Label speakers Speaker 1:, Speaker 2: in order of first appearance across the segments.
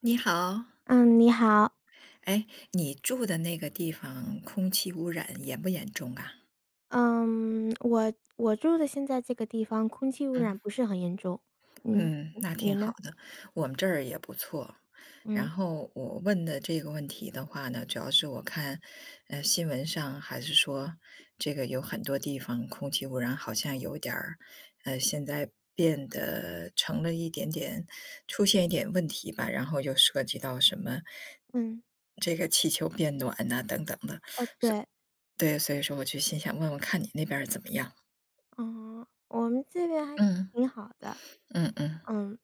Speaker 1: 你好，
Speaker 2: 嗯，你好，
Speaker 1: 哎，你住的那个地方空气污染严不严重啊？
Speaker 2: 嗯，我住的现在这个地方空气污
Speaker 1: 嗯，
Speaker 2: 染不是很严重，嗯，
Speaker 1: 嗯，
Speaker 2: 你
Speaker 1: 那挺
Speaker 2: 你
Speaker 1: 好
Speaker 2: 呢？
Speaker 1: 的，我们这儿也不错。然
Speaker 2: 嗯
Speaker 1: 后我问的这个问题的话呢，主要是我看，新闻上还是说这个有很多地方空气污染好像有点儿，现在变得成了一点点，出现一点问题吧，然后又涉及到什么
Speaker 2: 嗯，
Speaker 1: 这个气球变暖呐、等等的。
Speaker 2: 哦对，
Speaker 1: 对，所以说我就心想问问看你那边儿怎么样。
Speaker 2: 嗯，我们这边还
Speaker 1: 嗯，
Speaker 2: 挺好的，
Speaker 1: 嗯嗯，
Speaker 2: 嗯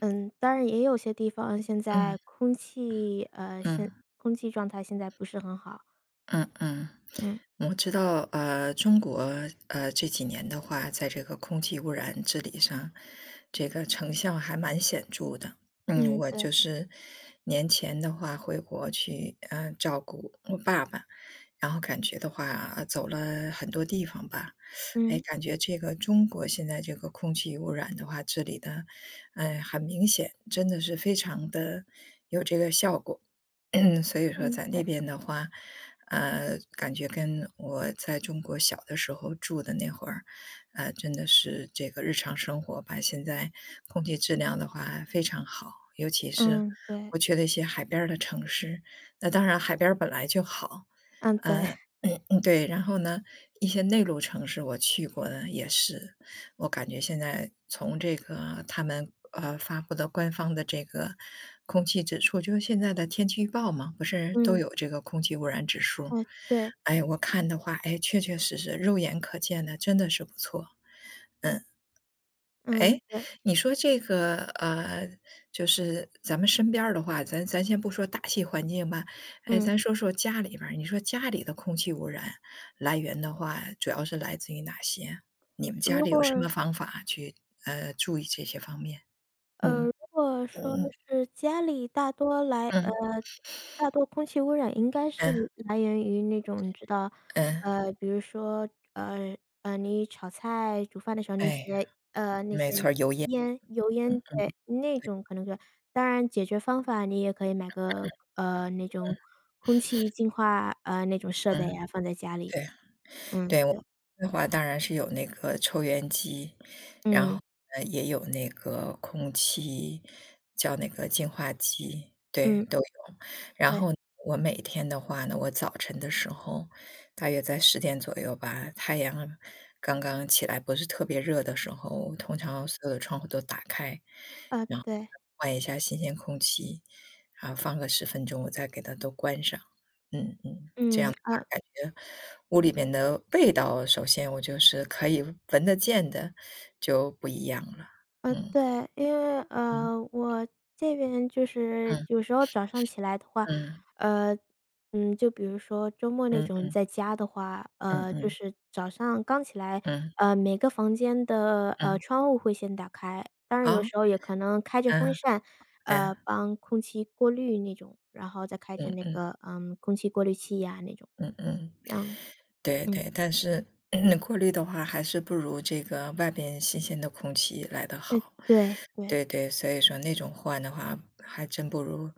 Speaker 2: 嗯，当然也有些地方现
Speaker 1: 嗯，
Speaker 2: 在
Speaker 1: 嗯。
Speaker 2: 空气状态现在不是很好，
Speaker 1: 嗯嗯，
Speaker 2: 嗯
Speaker 1: 我知道，中国这几年的话，在这个空气污染治理上，这个成效还蛮显著的。嗯，
Speaker 2: 嗯
Speaker 1: 我
Speaker 2: 对，
Speaker 1: 就是年前的话回国去，照顾我爸爸，然后感觉的话，走了很多地方吧，哎，
Speaker 2: 嗯
Speaker 1: 感觉这个中国现在这个空气污染的话，治理的，哎，很明显，真的是非常的有这个效果。所以说
Speaker 2: 嗯
Speaker 1: 在那
Speaker 2: 对，
Speaker 1: 边的话，感觉跟我在中国小的时候住的那会儿，真的是这个日常生活吧，现在空气质量的话非常好，尤其是
Speaker 2: 嗯对，
Speaker 1: 我去了一些海边儿的城市，那当然海边儿本来就好，
Speaker 2: 嗯对，
Speaker 1: 呃，嗯，嗯，对，然后呢，一些内陆城市我去过的也是，我感觉现在从这个他们发布的官方的这个空气指数，就是现在的天气预报嘛，不是都
Speaker 2: 嗯
Speaker 1: 有这个空气污染指数？
Speaker 2: 哦对，
Speaker 1: 哎，我看的话，哎，确确实实肉眼可见的，真的是不错。
Speaker 2: 嗯
Speaker 1: 哎，
Speaker 2: 对，
Speaker 1: 你说这个，就是咱们身边儿的话，咱先不说大气环境吧，哎，
Speaker 2: 嗯，
Speaker 1: 咱说说家里边儿。你说家里的空气污染来源的话，主要是来自于哪些？你们家
Speaker 2: 如
Speaker 1: 里
Speaker 2: 果
Speaker 1: 有什么方法去注意这些方面？
Speaker 2: 呃，
Speaker 1: 嗯
Speaker 2: 如果说
Speaker 1: 嗯
Speaker 2: 是家里
Speaker 1: 嗯
Speaker 2: 大多空气污染应该是
Speaker 1: 嗯
Speaker 2: 来源于那种你知道，
Speaker 1: 嗯，
Speaker 2: 比如说，你炒菜、煮饭的时候那
Speaker 1: 哎，
Speaker 2: 些呃，那些油烟，对，那种可能是当然解决方法你也可以买个，那种空气净化，那种设备
Speaker 1: 嗯，
Speaker 2: 啊，放在家里。
Speaker 1: 对
Speaker 2: 嗯，
Speaker 1: 对，我
Speaker 2: 对，
Speaker 1: 的话当然是有那个抽烟机，然
Speaker 2: 嗯，
Speaker 1: 后呢也有那个空气叫那个净化机，对，
Speaker 2: 嗯，
Speaker 1: 都有。然
Speaker 2: 对，
Speaker 1: 后我每天的话呢，我早晨的时候，大约在10点左右吧，太阳刚刚起来，不是特别热的时候，我通常所有的窗户都打开，
Speaker 2: 啊，
Speaker 1: 然后
Speaker 2: 对，
Speaker 1: 换一下新鲜空气，然后放个10分钟，我再给它都关上。嗯嗯，这样。
Speaker 2: 嗯，啊。
Speaker 1: 感觉屋里面的味道，首先我就是可以闻得见的，就不一样了。嗯，
Speaker 2: 对，因为，
Speaker 1: 嗯，
Speaker 2: 我这边就是有时候早上起来的话，
Speaker 1: 嗯，
Speaker 2: 呃，就比如说周末那
Speaker 1: 嗯，
Speaker 2: 种
Speaker 1: 嗯，
Speaker 2: 在家的话，
Speaker 1: 嗯，嗯，
Speaker 2: 就
Speaker 1: 嗯，
Speaker 2: 是早上刚起来，
Speaker 1: 嗯，
Speaker 2: 每个房间的，
Speaker 1: 嗯，
Speaker 2: 窗户会先打开，当然有
Speaker 1: 哦，
Speaker 2: 时候也可能开着风
Speaker 1: 嗯，
Speaker 2: 扇，
Speaker 1: 嗯，
Speaker 2: 帮空气过滤那种，然后再开着
Speaker 1: 嗯，
Speaker 2: 那
Speaker 1: 嗯，
Speaker 2: 个，空气过滤器呀那种，
Speaker 1: 嗯，嗯，
Speaker 2: 让
Speaker 1: 对
Speaker 2: 嗯，
Speaker 1: 对，但是 过滤的话，还是不如这个外边新鲜的空气来得
Speaker 2: 哎，
Speaker 1: 好。
Speaker 2: 对对，
Speaker 1: 对对，所以说那种换的话，还真不如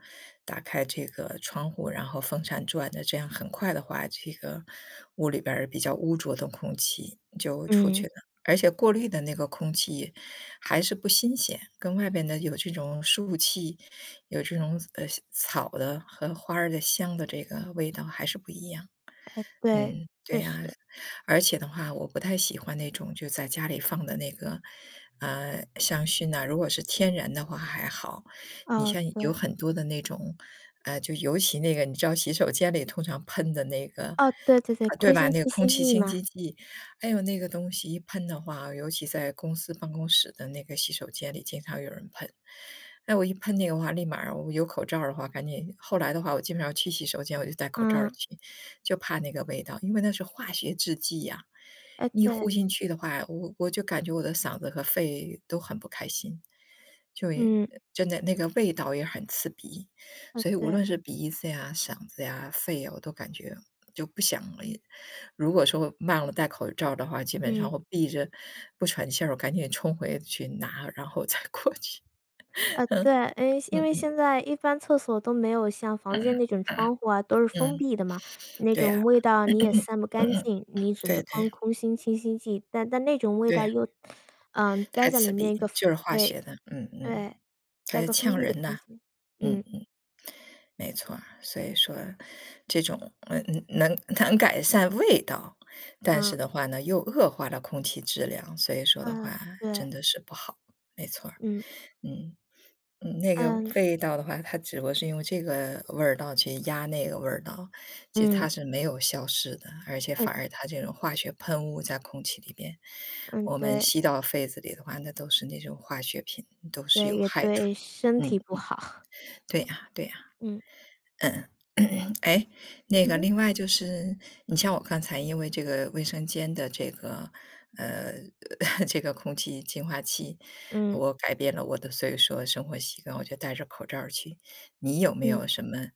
Speaker 1: 打开这个窗户，然后风扇转的，这样很快的话，这个屋里边儿比较污浊的空气就出去
Speaker 2: 嗯，
Speaker 1: 了，而且过滤的那个空气还是不新鲜，跟外边的有这种树气，有这种草的和花儿的香的这个味道还是不一样。
Speaker 2: 哎，对，
Speaker 1: 嗯，对
Speaker 2: 确
Speaker 1: 呀，
Speaker 2: 实，
Speaker 1: 而且的话，我不太喜欢那种就在家里放的那个，香薰呐，如果是天然的话还好，你
Speaker 2: 哦，
Speaker 1: 像有
Speaker 2: 对。
Speaker 1: 很多的那种，就尤其那个你知道洗手间里通常喷的那个，
Speaker 2: 哦，对对对，
Speaker 1: 啊，对
Speaker 2: 空
Speaker 1: 吧？
Speaker 2: 心
Speaker 1: 那个
Speaker 2: 清
Speaker 1: 空
Speaker 2: 新
Speaker 1: 气
Speaker 2: 剂
Speaker 1: 清
Speaker 2: 嘛，
Speaker 1: 新剂，哎呦，那个东西一喷的话，尤其在公司办公室的那个洗手间里，经常有人喷。哎，我一喷那个话，立马儿我有口罩儿的话，赶紧。后来的话，我基本上去洗手间我就戴口罩儿
Speaker 2: 嗯，
Speaker 1: 去，就怕那个味道，因为那是化学制剂呀，
Speaker 2: 哎，
Speaker 1: 一
Speaker 2: 对，
Speaker 1: 呼进去的话，我就感觉我的嗓子和肺都很不开心，就也
Speaker 2: 嗯，
Speaker 1: 真的那个味道也很刺鼻，
Speaker 2: 哎，
Speaker 1: 所以无
Speaker 2: 对，
Speaker 1: 论是鼻子呀、嗓子呀、肺呀，我都感觉就不想了。如果说忘了戴口罩的话，基本
Speaker 2: 嗯，
Speaker 1: 上我闭着不喘气儿，我赶紧冲回去拿，然后再过去。
Speaker 2: 对，诶，因
Speaker 1: 嗯
Speaker 2: 为
Speaker 1: 嗯
Speaker 2: 现在一般厕所都没有像房间
Speaker 1: 嗯
Speaker 2: 那种
Speaker 1: 嗯，
Speaker 2: 窗户啊，都是封
Speaker 1: 嗯，
Speaker 2: 闭的嘛，那
Speaker 1: 对呀，
Speaker 2: 种味道你也散不
Speaker 1: 嗯
Speaker 2: 干
Speaker 1: 嗯，
Speaker 2: 净，你只
Speaker 1: 对
Speaker 2: 能
Speaker 1: 对
Speaker 2: 喷空心清新剂，但那种味道
Speaker 1: 对。
Speaker 2: 又，嗯，待
Speaker 1: 太
Speaker 2: 在
Speaker 1: 刺
Speaker 2: 里面
Speaker 1: 鼻，
Speaker 2: 一个封
Speaker 1: 就是化
Speaker 2: 对
Speaker 1: 学的，嗯嗯，
Speaker 2: 对，
Speaker 1: 它
Speaker 2: 在一
Speaker 1: 是
Speaker 2: 个封
Speaker 1: 呛
Speaker 2: 闭的
Speaker 1: 人
Speaker 2: 空
Speaker 1: 呐，
Speaker 2: 间，
Speaker 1: 嗯
Speaker 2: 嗯，
Speaker 1: 嗯，没错儿。所以说这种，嗯嗯，能改善味道，但是
Speaker 2: 啊，
Speaker 1: 的话呢，又恶化了空气质量，所以说的
Speaker 2: 嗯，
Speaker 1: 话
Speaker 2: 对，
Speaker 1: 真的是不好，没错儿，
Speaker 2: 嗯，
Speaker 1: 嗯。嗯，那个味
Speaker 2: 嗯，
Speaker 1: 道的话，它只不过是用这个味儿道去压那个味儿道，其实
Speaker 2: 嗯，
Speaker 1: 它是没有消失的，而且
Speaker 2: 哎，
Speaker 1: 反而它这种化学喷雾在空气里边，
Speaker 2: 嗯，
Speaker 1: 我们
Speaker 2: 对，
Speaker 1: 吸到肺子里的话，那都是那种化学品，都是
Speaker 2: 对，
Speaker 1: 有
Speaker 2: 也
Speaker 1: 害处。
Speaker 2: 对身
Speaker 1: 嗯，
Speaker 2: 体不好，
Speaker 1: 对呀，对呀。
Speaker 2: 嗯
Speaker 1: 嗯，哎，那个
Speaker 2: 嗯。
Speaker 1: 另外就是，你像我刚才因为这个卫生间的这个，呃 这个空气净化器，
Speaker 2: 嗯，
Speaker 1: 我改变了我的，所以说生活习惯，我就戴着口罩儿去。你有没
Speaker 2: 嗯，
Speaker 1: 有什么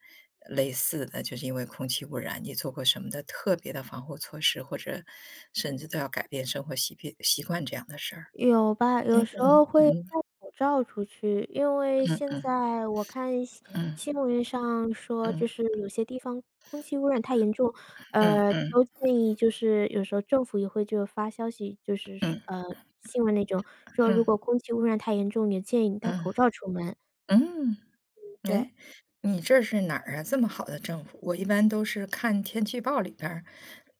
Speaker 1: 类似的，就是因为空气污染，你做过什么的特别的防护措施，或者甚至都要改变生活习变习惯这样的事儿？
Speaker 2: 有吧，有时候会戴
Speaker 1: 嗯
Speaker 2: 口罩出去，因为
Speaker 1: 嗯
Speaker 2: 现
Speaker 1: 嗯
Speaker 2: 在我看新
Speaker 1: 嗯
Speaker 2: 新闻上说，就
Speaker 1: 嗯
Speaker 2: 是有些地方空气污染太严重，
Speaker 1: 嗯嗯嗯
Speaker 2: 都建议就是有时候政府也会就发消息，就是说
Speaker 1: 嗯
Speaker 2: 新闻那种说
Speaker 1: 嗯
Speaker 2: 如果空气污染太严重，也建议你戴口罩出门。
Speaker 1: 嗯嗯。
Speaker 2: 对，
Speaker 1: 哎，你这是哪儿啊？这么好的政府，我一般都是看天气预报里边儿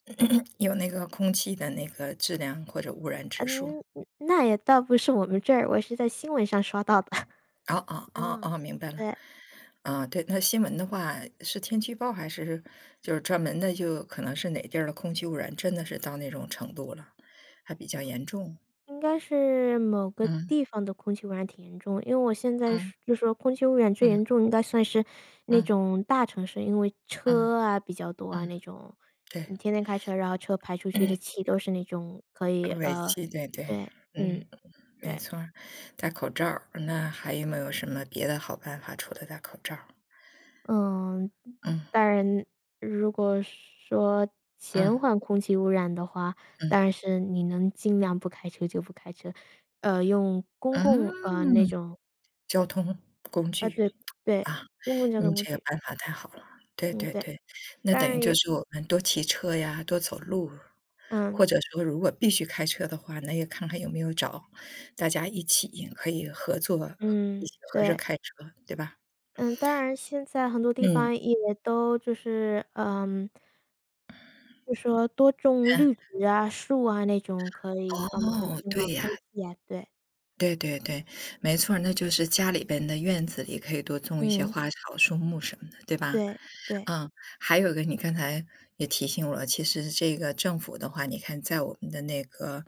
Speaker 1: 有那个空气的那个质量或者污染指数。
Speaker 2: 嗯，那也倒不是我们这儿，我是在新闻上刷到的。
Speaker 1: 哦哦 哦
Speaker 2: 嗯，
Speaker 1: 哦，明白了。
Speaker 2: 对。
Speaker 1: 啊，对，那新闻的话是天气预报还是就是专门的，就可能是哪地儿的空气污染真的是到那种程度了，还比较严重。
Speaker 2: 应该是某个
Speaker 1: 嗯
Speaker 2: 地方的空气污染挺严重，因为我现在
Speaker 1: 嗯
Speaker 2: 是就说空气污染最
Speaker 1: 嗯
Speaker 2: 严重应该算是那
Speaker 1: 嗯
Speaker 2: 种大城市，因为
Speaker 1: 嗯
Speaker 2: 车啊比较多
Speaker 1: 嗯
Speaker 2: 啊
Speaker 1: 嗯，
Speaker 2: 那种，
Speaker 1: 对，
Speaker 2: 你天天开车，然后车排出去的 气都是那种可 以，
Speaker 1: 尾气，对对，
Speaker 2: 对，嗯，
Speaker 1: 嗯。没
Speaker 2: 对，
Speaker 1: 错儿，戴口罩儿，那还有没有什么别的好办法，除了戴口罩儿？
Speaker 2: 嗯，
Speaker 1: 嗯
Speaker 2: 当然如果说
Speaker 1: 嗯
Speaker 2: 减缓空气污染的话，
Speaker 1: 嗯
Speaker 2: 当然是你能尽量不开车就不开车，用公
Speaker 1: 嗯，
Speaker 2: 共那种
Speaker 1: 交通工
Speaker 2: 啊，
Speaker 1: 具
Speaker 2: 对对，
Speaker 1: 啊，
Speaker 2: 公共交
Speaker 1: 你
Speaker 2: 通工
Speaker 1: 这个
Speaker 2: 具，
Speaker 1: 办法太好了。对
Speaker 2: 嗯，
Speaker 1: 对
Speaker 2: 对，
Speaker 1: 对，那
Speaker 2: 当
Speaker 1: 等于
Speaker 2: 然
Speaker 1: 就
Speaker 2: 也
Speaker 1: 是我们多骑车呀，多走路，
Speaker 2: 嗯，
Speaker 1: 或者说如果必须开车的话，那也看看有没有找大家一起可以合作，一
Speaker 2: 嗯，
Speaker 1: 起合着
Speaker 2: 对，
Speaker 1: 开车，对吧？
Speaker 2: 嗯，当然现在很多地
Speaker 1: 嗯
Speaker 2: 方也都就是，嗯就说多种
Speaker 1: 嗯，
Speaker 2: 绿植啊、树啊那种，可以帮忙
Speaker 1: 哦，
Speaker 2: 净
Speaker 1: 对
Speaker 2: 化
Speaker 1: 呀。
Speaker 2: 空气呀，对，
Speaker 1: 对对对，没错儿那就是家里边的院子里可以多种一些
Speaker 2: 嗯，
Speaker 1: 花草树木什么的，对吧？
Speaker 2: 对对，
Speaker 1: 嗯，还有一个你刚才也提醒我了，其实这个政府的话，你看在我们的那个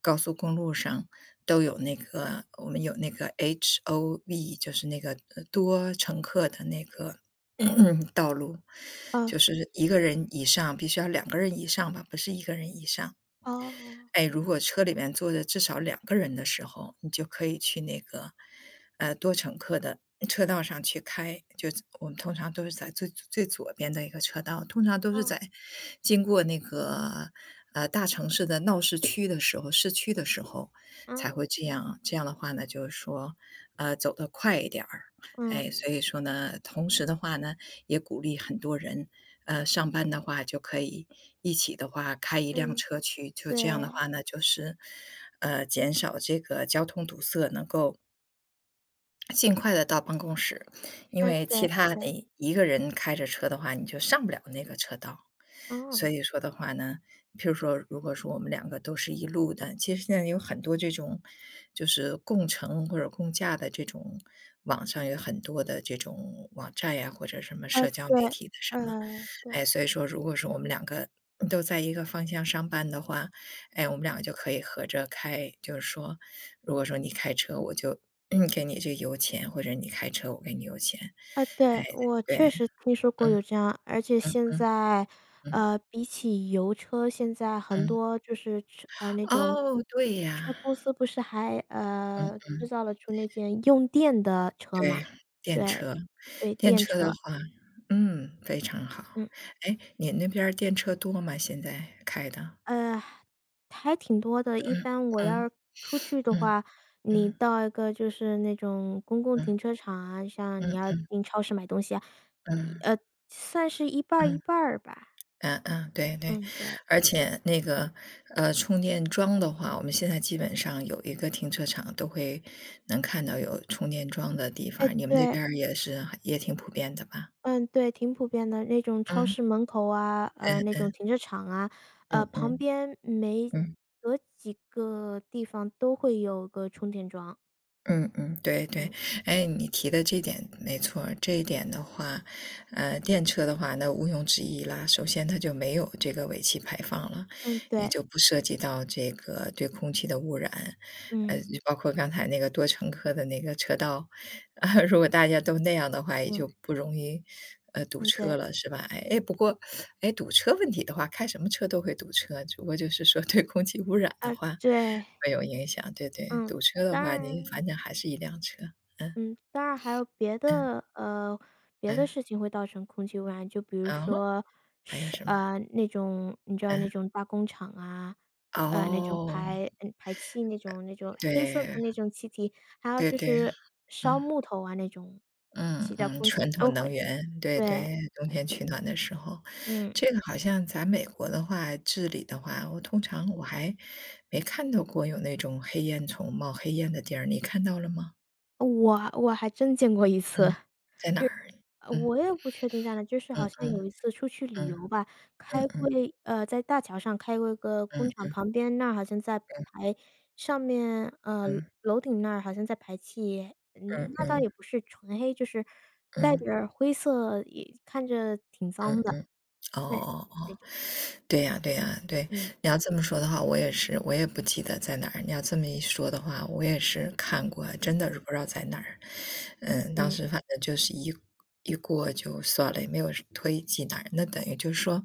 Speaker 1: 高速公路上都有那个，我们有那个 HOV，就是那个多乘客的那个 道路，
Speaker 2: 啊
Speaker 1: 就是一个人以上，必须要两个人以上吧，不是一个人以上。
Speaker 2: 哦，
Speaker 1: 哎，如果车里面坐着至少两个人的时候，你就可以去那个，多乘客的车道上去开，就我们通常都是在最最左边的一个车道，通常都是
Speaker 2: 哦，
Speaker 1: 在经过那个，大城市的闹市区的时候市区的时候才
Speaker 2: 嗯，
Speaker 1: 会这样。这样的话呢，就是说，走得快一点儿。
Speaker 2: 嗯，
Speaker 1: 哎，所以说呢，同时的话呢，也鼓励很多人上班的话就可以一起的话开一辆
Speaker 2: 嗯，
Speaker 1: 车去，就这样的
Speaker 2: 对，
Speaker 1: 话呢，就是，减少这个交通堵塞，能够尽快的到办公室，因
Speaker 2: 哎，
Speaker 1: 为其
Speaker 2: 对
Speaker 1: 他
Speaker 2: 对，
Speaker 1: 你一个人开着车的话，你就上不了那个车道。所
Speaker 2: 嗯，
Speaker 1: 以说的话呢，譬如说，如果说我们两个都是一路的，其实现在有很多这种就是共乘或者共驾的这种，网上有很多的这种网站呀，或者什么
Speaker 2: 啊，
Speaker 1: 社交媒
Speaker 2: 对，
Speaker 1: 体的什么。
Speaker 2: 对。
Speaker 1: 哎，所以说如果说我们两个都在一个方向上班的话，哎，我们两个就可以合着开，就是说，如果说你开车，我就嗯，给你这油钱，或者你开车我给你油钱。
Speaker 2: 啊，
Speaker 1: 哎，
Speaker 2: 对，我
Speaker 1: 对，
Speaker 2: 确实听说过
Speaker 1: 嗯
Speaker 2: 有这样，而且现在，
Speaker 1: 嗯
Speaker 2: 比起油车，现在很
Speaker 1: 嗯。
Speaker 2: 多就是车，那种
Speaker 1: 哦，对
Speaker 2: 车
Speaker 1: 呀，
Speaker 2: 公司不是还，
Speaker 1: 嗯
Speaker 2: 制
Speaker 1: 嗯，
Speaker 2: 造了出那件用电的车嘛，
Speaker 1: 对，电
Speaker 2: 对，
Speaker 1: 车。
Speaker 2: 对，
Speaker 1: 电
Speaker 2: 电
Speaker 1: 车的
Speaker 2: 车，
Speaker 1: 话嗯，非常好。
Speaker 2: 嗯，
Speaker 1: 哎，你那边儿电车多吗？现在开的？
Speaker 2: 呃，还挺多的。一
Speaker 1: 嗯，
Speaker 2: 般我
Speaker 1: 嗯，
Speaker 2: 要是出去的
Speaker 1: 嗯，
Speaker 2: 话，你
Speaker 1: 嗯，
Speaker 2: 到一个就是那种公共
Speaker 1: 嗯，
Speaker 2: 停车场啊，像你
Speaker 1: 嗯
Speaker 2: 要
Speaker 1: 嗯
Speaker 2: 进超市买东西啊，一
Speaker 1: 嗯，
Speaker 2: 呃，算是一半儿一
Speaker 1: 嗯。
Speaker 2: 半儿吧，
Speaker 1: 嗯嗯，对对，
Speaker 2: 嗯，对。
Speaker 1: 而且那个充电桩的话，我们现在基本上有一个停车场都会能看到有充电桩的地
Speaker 2: 哎，
Speaker 1: 方，你们那
Speaker 2: 对，
Speaker 1: 边儿也是也挺普遍的吧？
Speaker 2: 嗯，对，挺普遍的。那种超
Speaker 1: 嗯，
Speaker 2: 市门口啊，那
Speaker 1: 嗯
Speaker 2: 种停车场啊，
Speaker 1: 嗯嗯
Speaker 2: 旁
Speaker 1: 嗯。
Speaker 2: 边每
Speaker 1: 嗯
Speaker 2: 隔几个地方都会有个充电桩。
Speaker 1: 嗯嗯，对对，
Speaker 2: 嗯，
Speaker 1: 哎，你提的这点没错儿这一点的话，电车的话，那毋庸置疑啦。首先，它就没有这个尾气排放了，
Speaker 2: 嗯，
Speaker 1: 也
Speaker 2: 对，
Speaker 1: 就不涉及到这个对空气的污染，呃，
Speaker 2: 嗯，
Speaker 1: 包括刚才那个多乘客的那个车道，啊，如果大家都那样的话，也就
Speaker 2: 嗯，
Speaker 1: 不容易堵
Speaker 2: 嗯，
Speaker 1: 车
Speaker 2: 对，
Speaker 1: 了，是吧？哎哎，不过，哎，堵车问题的话，开什么车都会堵车，只不过就是说对空气污染
Speaker 2: 啊，
Speaker 1: 的话，
Speaker 2: 对，
Speaker 1: 会有影响，对对，
Speaker 2: 嗯，
Speaker 1: 堵车的
Speaker 2: 当
Speaker 1: 话，你
Speaker 2: 然
Speaker 1: 反正还是一辆车，嗯
Speaker 2: 嗯，当然还有别
Speaker 1: 嗯
Speaker 2: 的呃，别的
Speaker 1: 嗯，
Speaker 2: 事情会造成空气污染，就比如
Speaker 1: 哦，
Speaker 2: 说
Speaker 1: 还有什么？
Speaker 2: 那种你知道
Speaker 1: 嗯，
Speaker 2: 那种大工厂啊，那种
Speaker 1: 哦，
Speaker 2: 排气那种黑色的那
Speaker 1: 对
Speaker 2: 种气体，还有
Speaker 1: 对
Speaker 2: 就
Speaker 1: 对，
Speaker 2: 是烧
Speaker 1: 嗯
Speaker 2: 木头啊那种，
Speaker 1: 嗯
Speaker 2: 气到
Speaker 1: 嗯，
Speaker 2: 空气
Speaker 1: 传
Speaker 2: 都
Speaker 1: 统能
Speaker 2: 会。
Speaker 1: 源，对
Speaker 2: 对，
Speaker 1: 对，冬天取暖的时候，
Speaker 2: 嗯，
Speaker 1: 这个好像咱美国的话，治理的话，我通常我还没看到过有那种黑烟囱冒黑烟的地儿，你看到了吗？
Speaker 2: 我还真见过一次。
Speaker 1: 嗯，在哪儿？嗯
Speaker 2: 我也不确定在哪，就是好
Speaker 1: 嗯
Speaker 2: 像
Speaker 1: 嗯
Speaker 2: 有一次出去旅
Speaker 1: 嗯
Speaker 2: 游吧，
Speaker 1: 嗯
Speaker 2: 开过
Speaker 1: 嗯
Speaker 2: 一呃，在大桥上开过一个工厂
Speaker 1: 嗯
Speaker 2: 旁边那儿，好像在排上面呃，
Speaker 1: 嗯
Speaker 2: 楼顶那儿好像在排气，
Speaker 1: 嗯
Speaker 2: 嗯，
Speaker 1: 嗯
Speaker 2: 那倒
Speaker 1: 嗯
Speaker 2: 也不是纯黑，就是带点
Speaker 1: 嗯。
Speaker 2: 儿灰色，也看着挺脏
Speaker 1: 嗯
Speaker 2: 的，
Speaker 1: 嗯，哦
Speaker 2: 对，
Speaker 1: 哦哦，
Speaker 2: 那种，
Speaker 1: 对呀对呀，对，
Speaker 2: 嗯
Speaker 1: 你要这么说的话，我也是，我也不记得在哪儿。你要这么一说的话，我也是看过，
Speaker 2: 嗯
Speaker 1: 真的是不知道在哪儿。嗯，当
Speaker 2: 嗯，
Speaker 1: 时反正就是一过就算了，也没有推济哪儿。那等于就是说，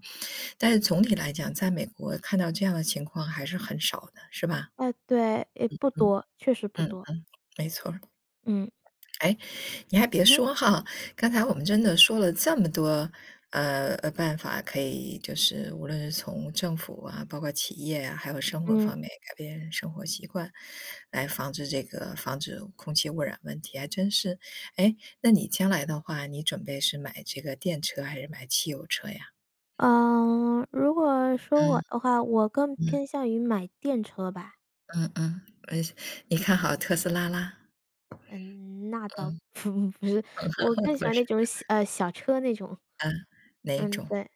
Speaker 1: 但是总体来讲，在美国看到这样的情况还是很少的，是吧？
Speaker 2: 哎，对，也不
Speaker 1: 嗯
Speaker 2: 多，确实不多，
Speaker 1: 嗯，没错
Speaker 2: 嗯
Speaker 1: 哎，你还别
Speaker 2: 嗯哼
Speaker 1: 说哈，刚才我们真的说了这么多，办法可以，就是无论是从政府啊，包括企业啊，还有生活
Speaker 2: 嗯。
Speaker 1: 方面改变生活习惯，来防治这个防止空气污染问题，还真是。哎，那你将来的话，你准备是买这个电车还是买汽油车呀？
Speaker 2: 嗯，如果说
Speaker 1: 嗯
Speaker 2: 我的话，我更
Speaker 1: 嗯
Speaker 2: 偏向于买电车吧。
Speaker 1: 嗯嗯，呃，你看好特斯拉啦？
Speaker 2: 嗯，那倒不
Speaker 1: 嗯，
Speaker 2: 不是，我更 喜
Speaker 1: 不
Speaker 2: 欢
Speaker 1: 是，
Speaker 2: 那种小车那种，
Speaker 1: 嗯，哪一
Speaker 2: 嗯，
Speaker 1: 种？
Speaker 2: 对。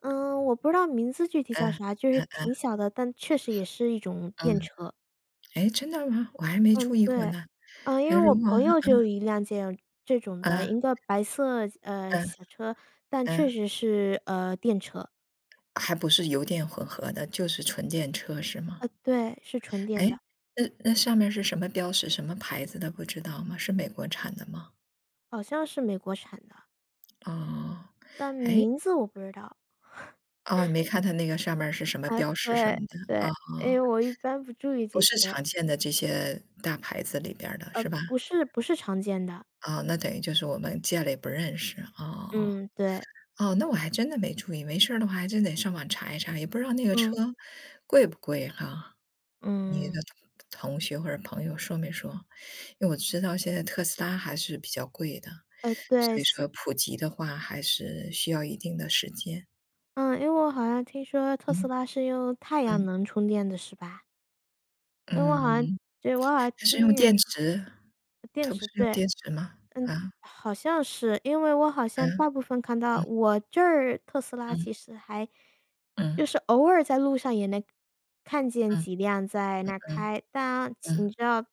Speaker 2: 嗯，我不知道名字具体叫
Speaker 1: 嗯
Speaker 2: 啥，就是
Speaker 1: 嗯
Speaker 2: 挺小的，但确实也是一种电
Speaker 1: 嗯。
Speaker 2: 车。
Speaker 1: 哎，真的吗？我还没
Speaker 2: 嗯，
Speaker 1: 注意过
Speaker 2: 对。
Speaker 1: 呢。
Speaker 2: 嗯，因
Speaker 1: 哎，
Speaker 2: 为
Speaker 1: 如
Speaker 2: 我
Speaker 1: 果
Speaker 2: 朋友就有一辆这种 的，
Speaker 1: 啊
Speaker 2: 一个白色，
Speaker 1: 嗯
Speaker 2: 小车，但确
Speaker 1: 嗯，
Speaker 2: 实是，电车。
Speaker 1: 还不是油电混合的，就是纯电车是吗？
Speaker 2: 对，是纯电
Speaker 1: 哎，
Speaker 2: 的，
Speaker 1: 那那上面是什么标识、什么牌子的不知道吗？是美国产的吗？
Speaker 2: 好像是美国产的，
Speaker 1: 哦，
Speaker 2: 但
Speaker 1: 哎
Speaker 2: 名字我不知道。
Speaker 1: 哦，你没看它那个上面儿是什么
Speaker 2: 啊，
Speaker 1: 标识什么
Speaker 2: 对，
Speaker 1: 的，哦，
Speaker 2: 对，因为我一般不注意
Speaker 1: 不
Speaker 2: 这些，
Speaker 1: 是常见的这些大牌子里边儿的是吧？
Speaker 2: 不是常见的。
Speaker 1: 哦，那等于就是我们见了也不认识，哦哦哦。
Speaker 2: 嗯，对，
Speaker 1: 哦，那我还真的没注意，没事儿的话还真得上网查一查，也不知道那个车
Speaker 2: 嗯，
Speaker 1: 贵不贵哈。你的
Speaker 2: 嗯。
Speaker 1: 同学或者朋友说没说？因为我知道现在特斯拉还是比较贵的，
Speaker 2: 对，
Speaker 1: 所以说普及的话还是需要一定的时间。
Speaker 2: 因为我好像听说特斯
Speaker 1: 嗯
Speaker 2: 拉是用太阳
Speaker 1: 嗯
Speaker 2: 能充电的是吧？因为我好
Speaker 1: 嗯，
Speaker 2: 像对，我好像
Speaker 1: 它是用
Speaker 2: 听人
Speaker 1: 电
Speaker 2: 说
Speaker 1: 池，
Speaker 2: 电
Speaker 1: 它不
Speaker 2: 池，
Speaker 1: 是用
Speaker 2: 对。
Speaker 1: 电池吗？
Speaker 2: 嗯，
Speaker 1: 啊，
Speaker 2: 好像是，因为我好像
Speaker 1: 嗯
Speaker 2: 大部分看到
Speaker 1: 嗯
Speaker 2: 我这儿特斯拉
Speaker 1: 嗯
Speaker 2: 其实还就是
Speaker 1: 嗯
Speaker 2: 偶尔在路上也能看见
Speaker 1: 嗯
Speaker 2: 几辆在
Speaker 1: 嗯
Speaker 2: 那儿开，但你
Speaker 1: 嗯
Speaker 2: 知道，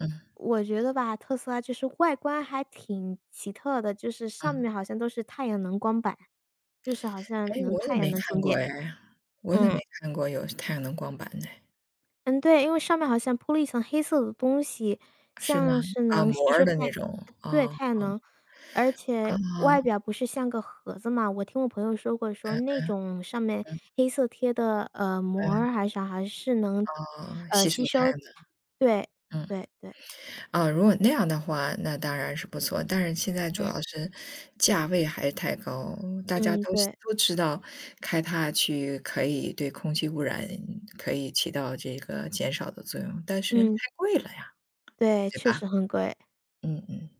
Speaker 1: 嗯
Speaker 2: 我觉得吧，特斯拉就是外观还挺奇特的，就是上
Speaker 1: 嗯，
Speaker 2: 面好像都是太阳能光板，就是好像
Speaker 1: 哎，
Speaker 2: 能
Speaker 1: 我怎
Speaker 2: 太
Speaker 1: 么
Speaker 2: 阳
Speaker 1: 没
Speaker 2: 能
Speaker 1: 看
Speaker 2: 充
Speaker 1: 过
Speaker 2: 电，
Speaker 1: 呀？我怎么没
Speaker 2: 嗯。
Speaker 1: 看过有太阳能光板呢？
Speaker 2: 嗯，对，因为上面好像铺了一层黑色的东西，
Speaker 1: 是吗？
Speaker 2: 像是
Speaker 1: 啊，
Speaker 2: 能
Speaker 1: 膜
Speaker 2: 吸
Speaker 1: 儿
Speaker 2: 收
Speaker 1: 的
Speaker 2: 太
Speaker 1: 那
Speaker 2: 呃
Speaker 1: 种，
Speaker 2: 对，
Speaker 1: 哦，
Speaker 2: 太阳能，而且
Speaker 1: 啊，
Speaker 2: 外表不是像个盒子嘛，我听我朋友说过，说那
Speaker 1: 嗯
Speaker 2: 种上面
Speaker 1: 嗯，
Speaker 2: 黑色贴的，
Speaker 1: 嗯，
Speaker 2: 膜儿还是啥，还是能，
Speaker 1: 哦，吸收
Speaker 2: 吸
Speaker 1: 台
Speaker 2: 收
Speaker 1: 嘛，
Speaker 2: 对，
Speaker 1: 嗯。
Speaker 2: 对对，
Speaker 1: 啊，如果那样的话，那当然是不错，但是现在主
Speaker 2: 嗯，
Speaker 1: 要是价位还是太高，大家
Speaker 2: 嗯，
Speaker 1: 都
Speaker 2: 对，
Speaker 1: 都知道开它去可以对空气污染可以起到这个减少的作用，但是太
Speaker 2: 嗯，
Speaker 1: 贵了呀，
Speaker 2: 对，
Speaker 1: 对
Speaker 2: 确
Speaker 1: 吧？
Speaker 2: 实很贵。
Speaker 1: 嗯嗯。